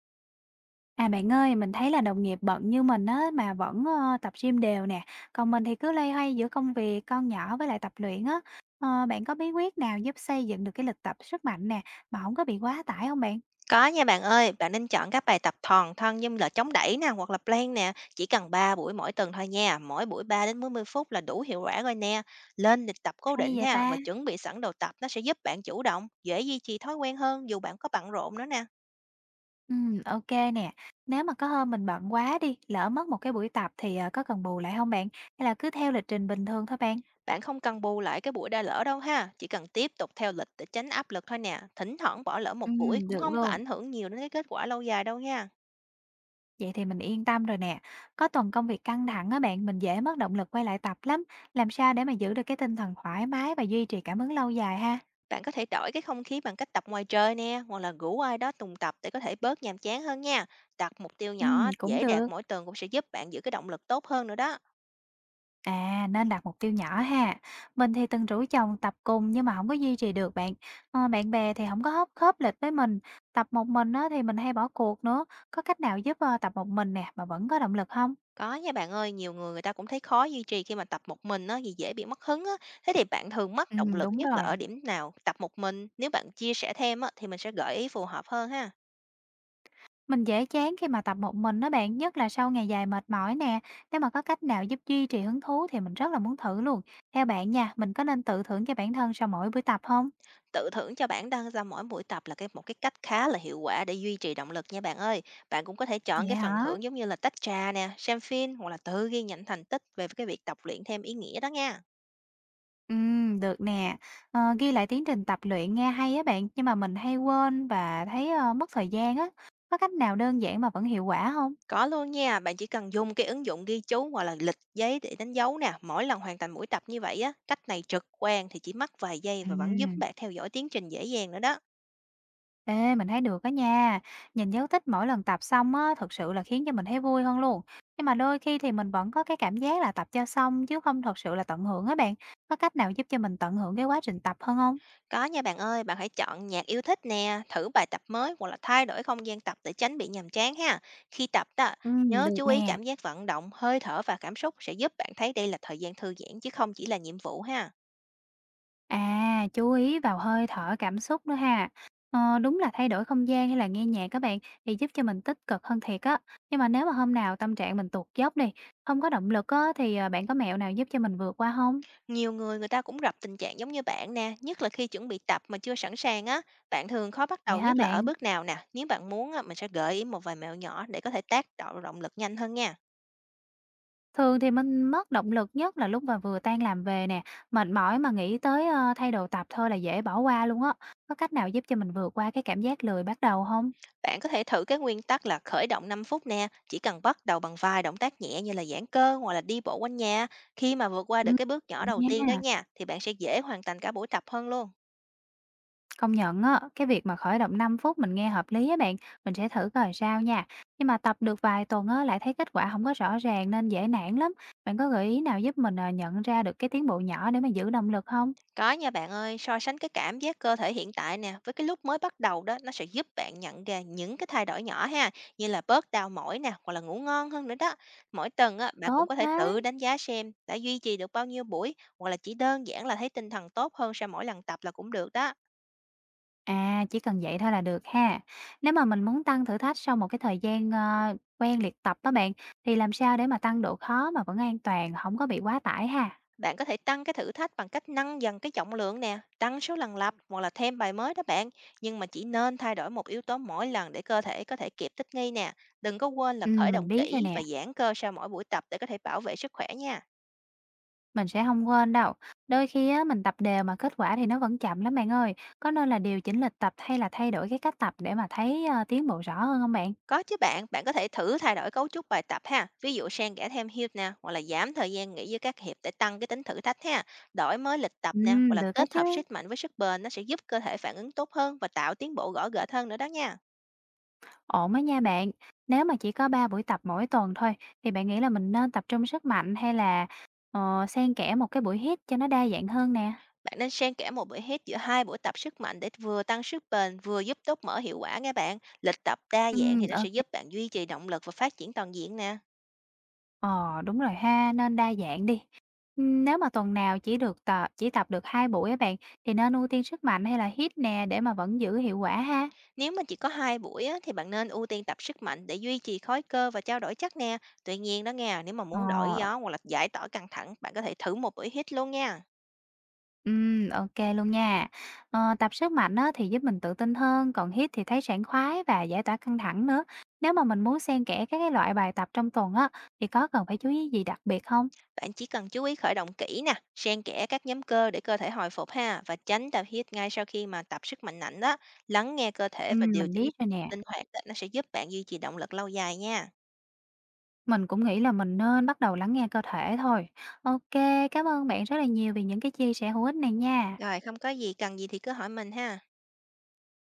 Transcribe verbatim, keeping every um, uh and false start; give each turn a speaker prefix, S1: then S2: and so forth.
S1: À, bạn ơi, mình thấy là đồng nghiệp bận như mình á mà vẫn, ơ, tập gym đều nè, còn mình thì cứ loay hoay giữa công việc, con nhỏ với lại tập luyện á. Ờ, bạn có bí quyết nào giúp xây dựng được cái lịch tập sức mạnh nè, mà không có bị quá tải không bạn?
S2: Có nha bạn ơi, bạn nên chọn các bài tập thòn thân như là chống đẩy nè hoặc là plank nè, chỉ cần ba buổi mỗi tuần thôi nha, mỗi buổi ba đến bốn mươi phút là đủ hiệu quả rồi nè. Lên lịch tập cố
S1: Hay
S2: định
S1: vậy
S2: ha,
S1: ta?
S2: và chuẩn bị sẵn đồ tập nó sẽ giúp bạn chủ động, dễ duy trì thói quen hơn dù bạn có bận rộn nữa nè.
S1: Ừm, ok nè. Nếu mà có hôm mình bận quá đi, lỡ mất một cái buổi tập thì, ờ, có cần bù lại không bạn? Hay là cứ theo lịch trình bình thường thôi bạn?
S2: Bạn không cần bù lại cái buổi đã lỡ đâu ha, chỉ cần tiếp tục theo lịch để tránh áp lực thôi nè. Thỉnh thoảng bỏ lỡ một buổi
S1: Ừm,
S2: cũng
S1: được
S2: không có
S1: luôn.
S2: ảnh hưởng nhiều đến cái kết quả lâu dài đâu nha.
S1: Vậy thì mình yên tâm rồi nè. Có tuần công việc căng thẳng á bạn, mình dễ mất động lực quay lại tập lắm. Làm sao để mà giữ được cái tinh thần thoải mái và duy trì cảm hứng lâu dài ha?
S2: Bạn có thể đổi cái không khí bằng cách tập ngoài trời nè, hoặc là rủ ai đó tùng tập để có thể bớt nhàm chán hơn nha. Đặt mục tiêu
S1: Ừ,
S2: nhỏ,
S1: cũng
S2: dễ đạt
S1: được.
S2: mỗi tuần cũng sẽ giúp bạn giữ cái động lực tốt hơn nữa đó.
S1: À, nên đặt mục tiêu nhỏ ha. Mình thì từng rủ chồng tập cùng nhưng mà không có duy trì được bạn. Ờ, bạn bè thì không có hớp khớp lịch với mình. Tập một mình á thì mình hay bỏ cuộc nữa. Có cách nào giúp ờ, tập một mình nè mà vẫn có động lực không?
S2: Có nha bạn ơi, nhiều người người ta cũng thấy khó duy trì khi mà tập một mình á, vì dễ bị mất hứng á. Thế thì bạn thường mất
S1: Ừ,
S2: động lực
S1: đúng
S2: nhất là
S1: rồi.
S2: ở điểm nào? Tập một mình, nếu bạn chia sẻ thêm á, thì mình sẽ gợi ý phù hợp hơn ha.
S1: Mình dễ chán khi mà tập một mình đó bạn, nhất là sau ngày dài mệt mỏi nè. Nếu mà có cách nào giúp duy trì hứng thú thì mình rất là muốn thử luôn. Theo bạn nha, mình có nên tự thưởng cho bản thân sau mỗi buổi tập không?
S2: Tự thưởng cho bản thân ra mỗi buổi tập là cái một cái cách khá là hiệu quả để duy trì động lực nha bạn ơi. Bạn cũng có thể
S1: Vậy
S2: chọn cái phần
S1: hả?
S2: thưởng giống như là tách trà nè, xem phim, hoặc là tự ghi nhận thành tích về cái việc tập luyện thêm ý nghĩa đó nha.
S1: Ừ, được nè. Ờ, ghi lại tiến trình tập luyện nghe hay á bạn, nhưng mà mình hay quên và thấy ờ, mất thời gian á. Có cách nào đơn giản mà vẫn hiệu quả không?
S2: Có luôn nha, bạn chỉ cần dùng cái ứng dụng ghi chú hoặc là lịch giấy để đánh dấu nè, mỗi lần hoàn thành buổi tập như vậy á, cách này trực quan thì chỉ mất vài giây
S1: À.
S2: và vẫn giúp bạn theo dõi tiến trình dễ dàng nữa đó.
S1: Ê, mình thấy được đó nha. Nhìn dấu tích mỗi lần tập xong á, thật sự là khiến cho mình thấy vui hơn luôn. Nhưng mà đôi khi thì mình vẫn có cái cảm giác là tập cho xong chứ không thật sự là tận hưởng á bạn. Có cách nào giúp cho mình tận hưởng cái quá trình tập hơn không?
S2: Có nha bạn ơi, bạn hãy chọn nhạc yêu thích nè, thử bài tập mới hoặc là thay đổi không gian tập để tránh bị nhàm chán ha. Khi tập đó,
S1: Ừ,
S2: nhớ
S1: được
S2: chú ý
S1: nè.
S2: cảm giác vận động, hơi thở và cảm xúc sẽ giúp bạn thấy đây là thời gian thư giãn chứ không chỉ là nhiệm vụ ha.
S1: À, chú ý vào hơi thở cảm xúc nữa ha. Ờ, đúng là thay đổi không gian hay là nghe nhạc các bạn thì giúp cho mình tích cực hơn thiệt á. Nhưng mà nếu mà hôm nào tâm trạng mình tuột dốc đi, không có động lực á, thì ờ, bạn có mẹo nào giúp cho mình vượt qua không?
S2: Nhiều người người ta cũng gặp tình trạng giống như bạn nè, nhất là khi chuẩn bị tập mà chưa sẵn sàng á. Bạn thường khó bắt
S1: Vậy
S2: đầu
S1: hả
S2: nhất là ở
S1: bạn?
S2: bước nào nè? Nếu bạn muốn á, mình sẽ gợi ý một vài mẹo nhỏ để có thể tác động động lực nhanh hơn nha.
S1: Thường thì mình mất động lực nhất là lúc mà vừa tan làm về nè, mệt mỏi mà nghĩ tới, ơ, thay đồ tập thôi là dễ bỏ qua luôn á. Có cách nào giúp cho mình vượt qua cái cảm giác lười bắt đầu không?
S2: Bạn có thể thử cái nguyên tắc là khởi động năm phút nè, chỉ cần bắt đầu bằng vài động tác nhẹ như là giãn cơ hoặc là đi bộ quanh nhà. Khi mà vượt qua được
S1: Ừm,
S2: cái bước
S1: được
S2: nhỏ đầu tiên đó
S1: nha.
S2: nha, thì bạn sẽ dễ hoàn thành cả buổi tập hơn luôn.
S1: Công nhận á, cái việc mà khởi động năm phút mình nghe hợp lý á bạn, mình sẽ thử coi sao nha. Nhưng mà tập được vài tuần á lại thấy kết quả không có rõ ràng nên dễ nản lắm. Bạn có gợi ý nào giúp mình, ờ, nhận ra được cái tiến bộ nhỏ để mà giữ động lực không?
S2: Có nha bạn ơi, so sánh cái cảm giác cơ thể hiện tại nè với cái lúc mới bắt đầu đó, nó sẽ giúp bạn nhận ra những cái thay đổi nhỏ ha, như là bớt đau mỏi nè, hoặc là ngủ ngon hơn nữa đó. Mỗi tuần á, bạn
S1: Tốt
S2: cũng có thể
S1: quá!
S2: tự đánh giá xem đã duy trì được bao nhiêu buổi, hoặc là chỉ đơn giản là thấy tinh thần tốt hơn sau mỗi lần tập là cũng được đó.
S1: À, chỉ cần vậy thôi là được ha. Nếu mà mình muốn tăng thử thách sau một cái thời gian, ờ, quen luyện tập đó bạn, thì làm sao để mà tăng độ khó mà vẫn an toàn, không có bị quá tải ha?
S2: Bạn có thể tăng cái thử thách bằng cách nâng dần cái trọng lượng nè, tăng số lần lặp hoặc là thêm bài mới đó bạn. Nhưng mà chỉ nên thay đổi một yếu tố mỗi lần để cơ thể có thể kịp thích nghi nè. Đừng có quên là
S1: Ừm,
S2: khởi
S1: mình
S2: động
S1: biết rồi
S2: kỹ
S1: nè,
S2: và giãn cơ sau mỗi buổi tập để có thể bảo vệ sức khỏe nha.
S1: mình sẽ không quên đâu. Đôi khi á, mình tập đều mà kết quả thì nó vẫn chậm lắm bạn ơi. Có nên là điều chỉnh lịch tập hay là thay đổi cái cách tập để mà thấy, ờ, tiến bộ rõ hơn không bạn?
S2: Có chứ bạn, bạn có thể thử thay đổi cấu trúc bài tập ha. Ví dụ xen kẽ thêm hiệp nè, hoặc là giảm thời gian nghỉ giữa các hiệp để tăng cái tính thử thách ha. Đổi mới lịch tập nè, hoặc
S1: Ừm,
S2: là
S1: được á
S2: kết
S1: chứ.
S2: hợp sức mạnh với sức bền nó sẽ giúp cơ thể phản ứng tốt hơn và tạo tiến bộ rõ rệt hơn nữa đó nha.
S1: Ổn á nha bạn. Nếu mà chỉ có ba buổi tập mỗi tuần thôi thì bạn nghĩ là mình nên tập trung sức mạnh hay là, ờ, xen kẽ một cái buổi hít cho nó đa dạng hơn nè?
S2: Bạn nên xen kẽ một buổi hít giữa hai buổi tập sức mạnh để vừa tăng sức bền, vừa giúp tốt mỡ hiệu quả nha bạn. Lịch tập đa
S1: Ừ,
S2: dạng thì nó
S1: ok.
S2: sẽ
S1: kê.
S2: giúp bạn duy trì động lực và phát triển toàn diện nè.
S1: Ờ, đúng rồi ha, nên đa dạng đi. Ừm, nếu mà tuần nào chỉ được tập chỉ tập được hai buổi á bạn, thì nên ưu tiên sức mạnh hay là hít nè để mà vẫn giữ hiệu quả ha?
S2: Nếu mà chỉ có hai buổi á, thì bạn nên ưu tiên tập sức mạnh để duy trì khối cơ và trao đổi chất nè. Tuy nhiên đó nghe, nếu mà
S1: Ờ.
S2: muốn đổi gió hoặc là giải tỏa căng thẳng, bạn có thể thử một buổi hít luôn nha.
S1: Ừm, ok luôn nha. Ờ, tập sức mạnh á thì giúp mình tự tin hơn, còn hít thì thấy sảng khoái và giải tỏa căng thẳng nữa. Nếu mà mình muốn xen kẽ các cái loại bài tập trong tuần á, thì có cần phải chú ý gì đặc biệt không?
S2: Bạn chỉ cần chú ý khởi động kỹ nè, xen kẽ các nhóm cơ để cơ thể hồi phục ha, và tránh tập hít ngay sau khi mà tập sức mạnh nặng đó. Lắng nghe cơ thể và
S1: Ừm,
S2: điều
S1: mình
S2: chỉnh
S1: biết rồi nè.
S2: linh hoạt đó, nó sẽ giúp bạn duy trì động lực lâu dài nha.
S1: Mình cũng nghĩ là mình nên bắt đầu lắng nghe cơ thể thôi. Ok, cảm ơn bạn rất là nhiều vì những cái chia sẻ hữu ích này nha.
S2: Rồi, không có gì, cần gì thì cứ hỏi mình ha.